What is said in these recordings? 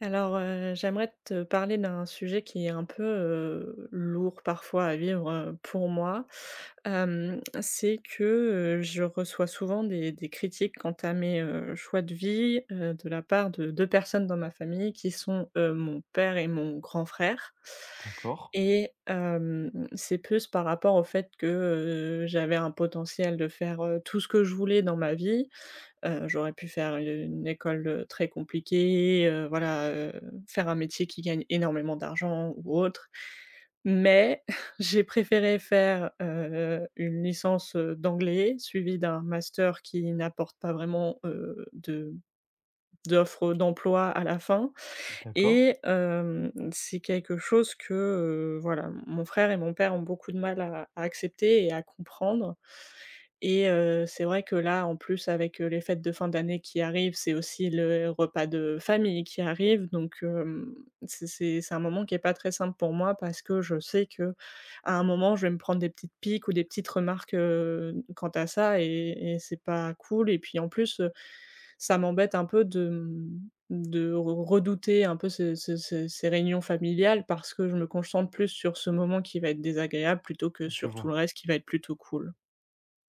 Alors, j'aimerais te parler d'un sujet qui est un peu, lourd parfois à vivre, pour moi. C'est que, je reçois souvent des critiques quant à mes, choix de vie, de la part de 2 personnes dans ma famille qui sont, mon père et mon grand frère. D'accord, C'est plus par rapport au fait que, j'avais un potentiel de faire, tout ce que je voulais dans ma vie. J'aurais pu faire une école, très compliquée, voilà, faire un métier qui gagne énormément d'argent ou autre. Mais j'ai préféré faire, une licence, d'anglais, suivie d'un master qui n'apporte pas vraiment, de d'offres d'emploi à la fin. d'accord, C'est quelque chose que, voilà, mon frère et mon père ont beaucoup de mal à accepter et à comprendre. Et c'est vrai que là, en plus, avec, les fêtes de fin d'année qui arrivent, c'est aussi le repas de famille qui arrive, donc c'est un moment qui est pas très simple pour moi parce que je sais que, à un moment, je vais me prendre des petites piques ou des petites remarques, quant à ça, et c'est pas cool et puis en plus, ça m'embête un peu de, de re redouter un peu ce ce ce ces réunions familiales parce que je me concentre plus sur ce moment qui va être désagréable plutôt que je sur tout vois. le reste qui va être plutôt cool.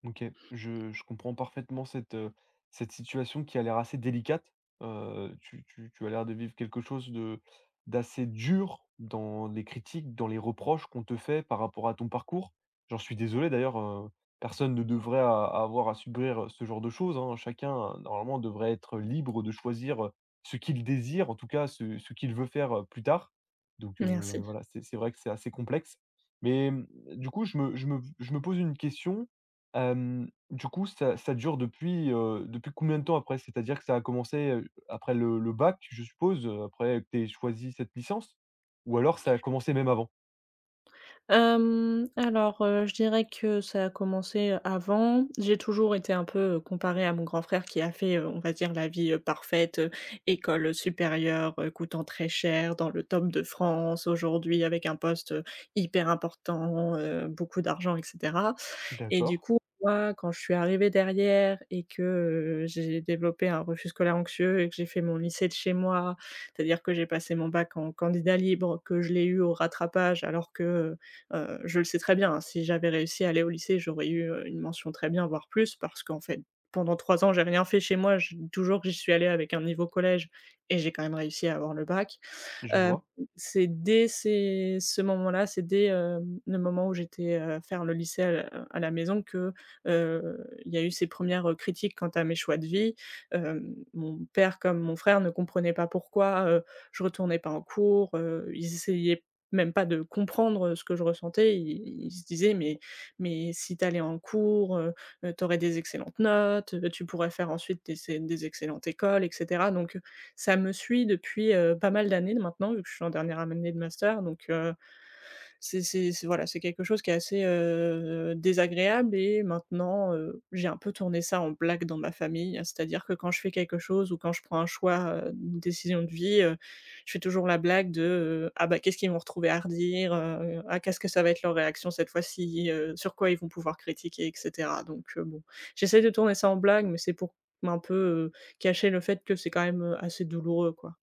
OK, je comprends parfaitement cette, cette situation qui a l'air assez délicate. Tu as l'air de vivre quelque chose de d'assez dur dans les critiques, dans les reproches qu'on te fait par rapport à ton parcours. J'en suis désolé d'ailleurs, personne ne devrait a avoir à subir, ce genre de choses, hein. Chacun, normalement, devrait être libre de choisir, ce qu'il désire, en tout cas ce qu'il veut faire, plus tard. Donc Merci. voilà, c'est vrai que c'est assez complexe. Mais, du coup, je me pose une question, du coup, ça dure depuis, depuis combien de temps après? C'est-à-dire que ça a commencé, après le bac, je suppose, après que tu aies choisi cette licence? Ou alors ça a commencé même avant? Alors, je dirais que ça a commencé avant. J'ai toujours été un peu, comparée à mon grand frère qui a fait, on va dire la vie, parfaite, école, supérieure, coûtant très cher, dans le top de France, aujourd'hui avec un poste, hyper important, beaucoup d'argent, et cetera. Et du D'accord, coup, moi, quand je suis arrivée derrière et que, j'ai développé un refus scolaire anxieux et que j'ai fait mon lycée de chez moi, c'est-à-dire que j'ai passé mon bac en candidat libre, que je l'ai eu au rattrapage, alors que, je le sais très bien, hein, si j'avais réussi à aller au lycée, j'aurais eu, une mention très bien, voire plus parce qu'en fait, pendant 3 ans, j'ai rien fait chez moi, je toujours que j'y suis allée avec un niveau collège, et j'ai quand même réussi à avoir le bac. je Hem, vois. c'est dès ces ce moment-là, c'est dès, le moment où j'étais, faire le lycée à la maison que, il y a eu ces premières res critiques quant à mes choix de vie. Mon père comme mon frère ne comprenaient pas pourquoi, je retournais pas en cours, ils essayaient même pas de comprendre ce que je ressentais. Ils se disaient: mais si t'allais en cours, tu aurais des excellentes notes, tu pourrais faire ensuite des excellentes écoles, et cetera». Donc, ça me suit depuis, pas mal d'années maintenant, vu que je suis en dernière année de master, donc c'est voilà, c'est quelque chose qui est assez, désagréable, et maintenant, j'ai un peu tourné ça en blague dans ma famille. C'est-à-dire que quand je fais quelque chose ou quand je prends un choix, une décision de vie, je fais toujours la blague de, «Ah bah, qu'est-ce qu'ils vont retrouver à redire? Ah, qu'est-ce que ça va être leur réaction cette fois-ci? Sur quoi ils vont pouvoir critiquer?», et cetera. Donc, bon, j'essaie de tourner ça en blague, mais c'est pour un peu, cacher le fait que c'est quand même, assez douloureux, quoi.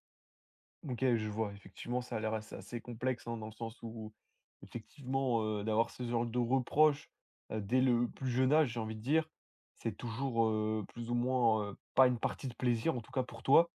OK, je vois. Effectivement, ça a l'air assez assez complexe, hein, dans le sens où, effectivement, d'avoir ce genre de reproches, dès le plus jeune âge, j'ai envie de dire, c'est toujours, plus ou moins, pas une partie de plaisir, en tout cas pour toi.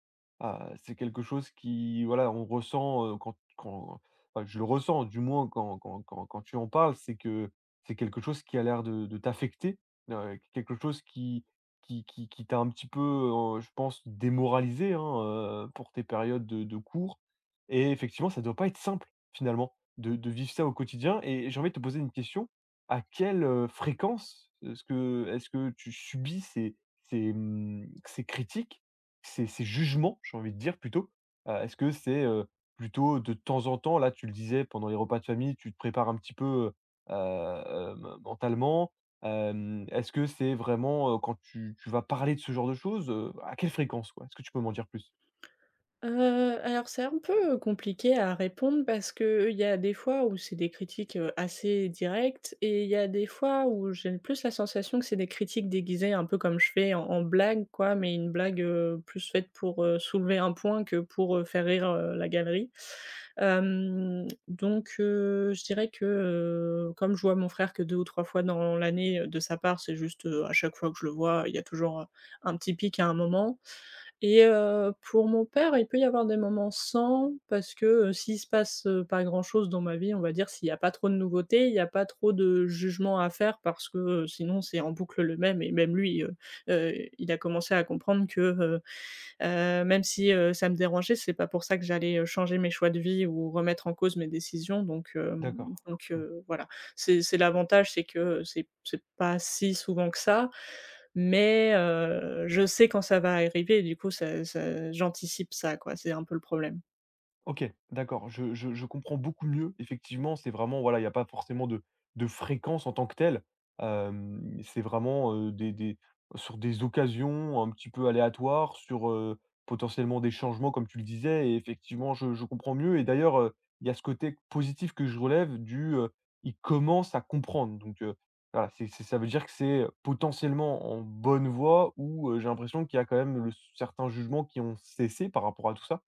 Ah, c'est quelque chose qui, voilà, on ressent, quand enfin, je le ressens, du moins, quand tu en parles, c'est que c'est quelque chose qui a l'air de t'affecter, quelque chose qui qui t'a un petit peu, je pense démoralisé, hein, pour tes périodes de cours et effectivement, ça ne doit pas être simple finalement de vivre ça au quotidien et j'ai envie de te poser une question, à quelle, fréquence est-ce que tu subis ces ces critiques, ces jugements, j'ai envie de dire plutôt? Est-ce que c'est, plutôt de temps en temps? Là, tu le disais pendant les repas de famille, tu te prépares un petit peu, mentalement. Est-ce que c'est vraiment, quand tu vas parler de ce genre de choses, à quelle fréquence, quoi? Est-ce que tu peux m'en dire plus? Alors c'est un peu compliqué à répondre parce qu'il y a des fois où c'est des critiques, assez directes, et il y a des fois où j'ai plus la sensation que c'est des critiques déguisées un peu comme je fais en blague, quoi, mais une blague, plus faite pour, soulever un point que pour, faire rire, la galerie. Donc je dirais que, comme je vois mon frère que 2 ou 3 fois dans l'année, de sa part, c'est juste, à chaque fois que je le vois, il y a toujours, un petit pic à un moment. Et pour mon père, il peut y avoir des moments sans parce que, s'il se passe, pas grand-chose dans ma vie, on va dire, s'il n'y a pas trop de nouveautés, il n'y a pas trop de jugement à faire parce que, sinon c'est en boucle le même, et même lui, heu, il a commencé à comprendre que, même si, ça me dérangeait, c'est pas pour ça que j'allais, changer mes choix de vie ou remettre en cause mes décisions, donc D'accord. donc Mmh. Voilà. C'est l'avantage, c'est que, c'est pas si souvent que ça, mais je sais quand ça va arriver et du coup ça j'anticipe ça, quoi, c'est un peu le problème. OK, d'accord, je comprends beaucoup mieux. Effectivement, c'est vraiment voilà, il y a pas forcément de fréquence en tant que telle. C'est vraiment, des sur des occasions un petit peu aléatoires, sur, potentiellement des changements comme tu le disais et effectivement je comprends mieux et d'ailleurs, il y a ce côté positif que je relève du, il commence à comprendre donc, voilà, c'est ça veut dire que c'est, potentiellement en bonne voie ou, j'ai l'impression qu'il y a quand même le certains jugements qui ont cessé par rapport à tout ça?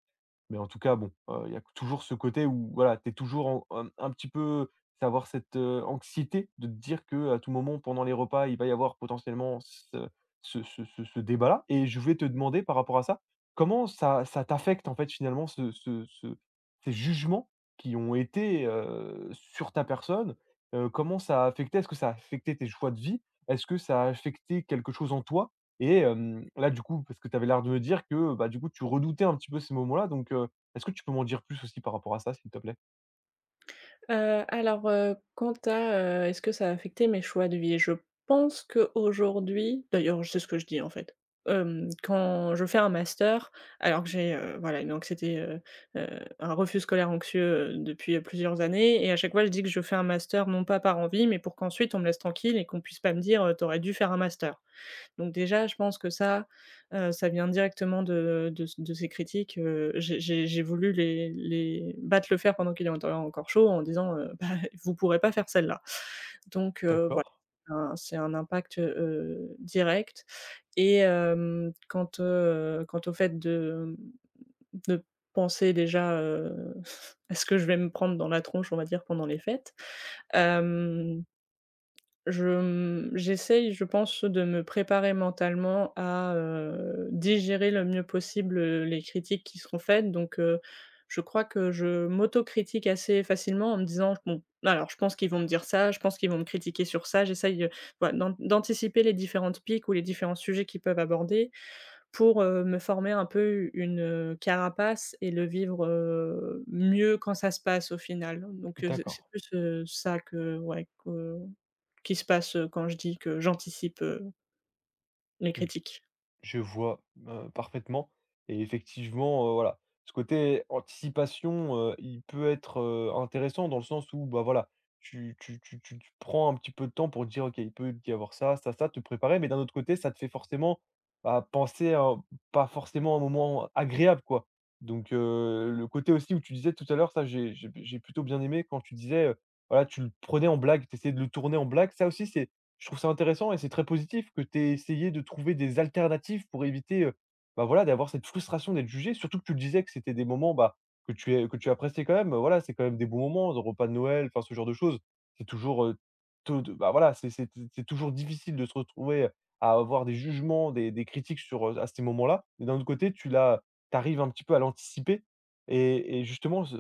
Mais en tout cas, bon, il y a toujours ce côté où voilà, tu es toujours en un petit peu tu avoir cette, anxiété de te dire que à tout moment pendant les repas, il va y avoir potentiellement ce ce débat-là et je voulais te demander par rapport à ça, comment ça t'affecte en fait finalement ce ces jugements qui ont été, sur ta personne? Comment ça a affecté? Est-ce que ça a affecté tes choix de vie? Est-ce que ça a affecté quelque chose en toi? Et là, du coup, parce que tu avais l'air de me dire que, bah, du coup, tu redoutais un petit peu ces moments-là, donc est-ce que tu peux m'en dire plus aussi par rapport à ça, s'il te plaît? Alors, quant à, est-ce que ça a affecté mes choix de vie? Je pense qu'aujourd'hui d'ailleurs c'est ce que je dis, en fait. Quand je fais un master, alors que j'ai, voilà, une anxiété, heu, un refus scolaire anxieux, depuis, plusieurs années, et à chaque fois je dis que je fais un master non pas par envie, mais pour qu'ensuite on me laisse tranquille et qu'on puisse pas me dire, «Tu aurais dû faire un master». Donc déjà, je pense que ça, ça vient directement de ces critiques, j'ai voulu les battre le fer pendant qu'il est encore chaud en disant, «Bah, vous pourrez pas faire celle-là». Donc voilà, D'accord, un c'est un impact, direct, et quant, quant au fait de, de penser déjà, à ce que je vais me prendre dans la tronche, on va dire, pendant les fêtes, je, j'essaye, je pense, de me préparer mentalement à, digérer le mieux possible, les critiques qui seront faites, donc je crois que je m'autocritique assez facilement en me disant: «Bon, alors je pense qu'ils vont me dire ça, je pense qu'ils vont me critiquer sur ça». J'essaye, voilà, d'anticiper les différentes piques ou les différents sujets qu'ils peuvent aborder pour, me former un peu une, carapace et le vivre, mieux quand ça se passe au final. Donc c'est d'accord. c'est plus, ça que ouais, que qui se passe, quand je dis que j'anticipe, les Mmh. critiques? Je vois, parfaitement et effectivement, voilà, ce côté anticipation, il peut être, intéressant dans le sens où, bah, voilà, tu prends un petit peu de temps pour dire: «OK, il peut y avoir ça, ça, ça», te préparer, mais d'un autre côté, ça te fait forcément, bah, penser à pas forcément un moment agréable, quoi. Donc le côté aussi où tu disais tout à l'heure, ça, j'ai plutôt bien aimé quand tu disais, voilà, tu le prenais en blague, tu essayais de le tourner en blague. Ça aussi, c'est je trouve ça intéressant et c'est très positif que tu aies essayé de trouver des alternatives pour éviter, bah, voilà, d'avoir cette frustration d'être jugé. Surtout que tu disais que c'était des moments, bah, que tu es que tu appréciais quand même, voilà, c'est quand même des bons moments, le repas de Noël, enfin, ce genre de choses. C'est toujours, te de bah, voilà, c'est c'est toujours difficile de se retrouver, à avoir des jugements, des critiques sur, à ces moments-là. Mais d'un autre côté, tu l'as tu arrives un petit peu à l'anticiper et justement, ce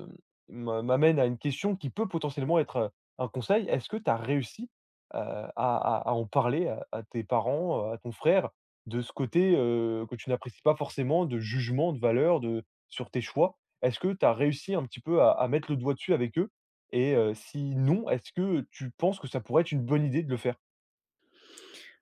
m'a m'amène à une question qui peut potentiellement être, un conseil. Est-ce que tu as réussi à à en parler à tes parents, à ton frère, de ce côté, que tu n'apprécies pas forcément, de jugement, de valeur, de sur tes choix. Est-ce que tu as réussi un petit peu à mettre le doigt dessus avec eux? Et si non, est-ce que tu penses que ça pourrait être une bonne idée de le faire?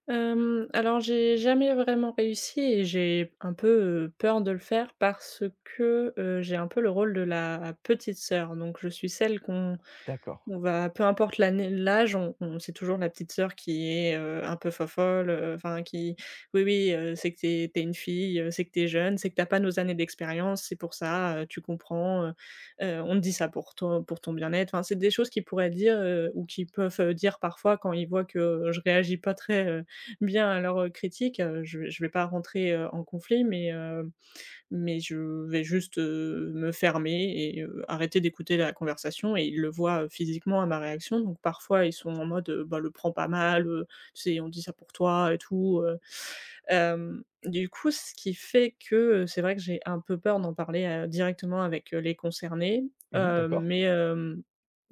Alors j'ai jamais vraiment réussi, et j'ai un peu, peur de le faire parce que, j'ai un peu le rôle de la petite sœur. Donc je suis celle qu'on D'accord. on va, peu importe l'année, l'âge, on c'est toujours la petite sœur qui est, un peu fofolle, enfin qui: «Oui, oui, c'est que t'es es une fille, c'est que t'es jeune, c'est que t'as pas nos années d'expérience, c'est pour ça, tu comprends, on te dit ça pour ton bien-être». Enfin, c'est des choses qu'ils pourraient dire, ou qu'ils peuvent, dire parfois quand ils voient que, je réagis pas très, bien à leurs, critiques, je vais pas rentrer, en conflit, mais je vais juste, me fermer et arrêter d'écouter la conversation, et ils le voient, physiquement à ma réaction, donc parfois ils sont en mode, «Bah, le prends pas mal, tu sais, on dit ça pour toi et tout», du coup, ce qui fait que, c'est vrai que j'ai un peu peur d'en parler, directement avec, les concernés, Mmh d'accord. mais hem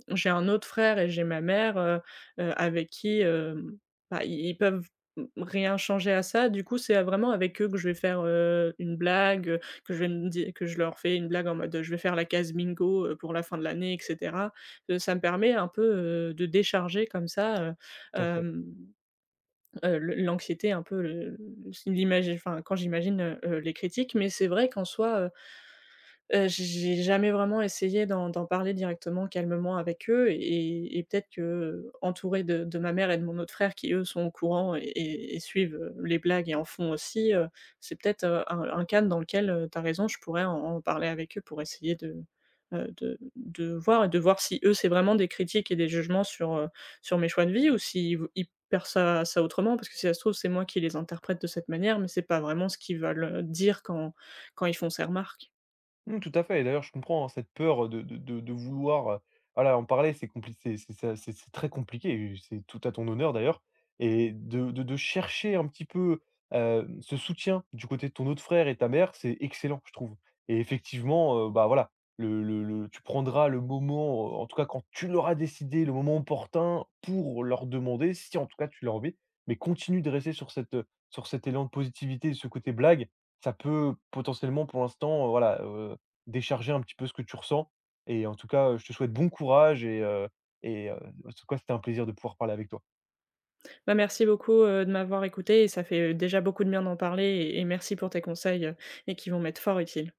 j'ai un autre frère et j'ai ma mère, avec qui, bah, i ils peuvent rien changer à ça. Du coup, c'est vraiment avec eux que je vais faire, une blague, que je vais me di que je leur fais une blague en mode, je vais faire la case bingo, pour la fin de l'année, et cetera. Ça me permet un peu, de décharger comme ça, Tout à fait. hem, le l'anxiété un peu, le l'imagi enfin, quand j'imagine, les critiques. Mais c'est vrai qu'en soi, j'ai jamais vraiment essayé d'en parler directement calmement avec eux, et peut-être que, entourée de ma mère et de mon autre frère qui eux sont au courant et et suivent, les blagues et en font aussi, c'est peut-être, un cadre dans lequel, tu as raison, je pourrais en parler avec eux pour essayer de, de voir et de voir si eux c'est vraiment des critiques et des jugements sur, sur mes choix de vie, ou s'ils v ils perçoivent ça autrement, parce que si ça se trouve c'est moi qui les interprète de cette manière mais c'est pas vraiment ce qu'ils veulent, dire quand quand ils font ces remarques. Mmh, tout à fait et d'ailleurs, je comprends, hein, cette peur, de vouloir, voilà, en parler, c'est compliqué c'est c'est très compliqué et c'est tout à ton honneur d'ailleurs et de chercher un petit peu, ce soutien du côté de ton autre frère et ta mère, c'est excellent, je trouve et effectivement, bah, voilà, le tu prendras le moment, en tout cas quand tu l'auras décidé, le moment opportun pour leur demander si en tout cas tu l'as envie, mais continue de rester sur cette, sur cet élan de positivité et ce côté blague. Ça peut potentiellement pour l'instant, voilà, décharger un petit peu ce que tu ressens et en tout cas, je te souhaite bon courage et et heu, en tout cas, c'était un plaisir de pouvoir parler avec toi. Bah, merci beaucoup, de m'avoir écouté, et ça fait, déjà beaucoup de bien d'en parler, et merci pour tes conseils, et qui vont m'être fort utiles.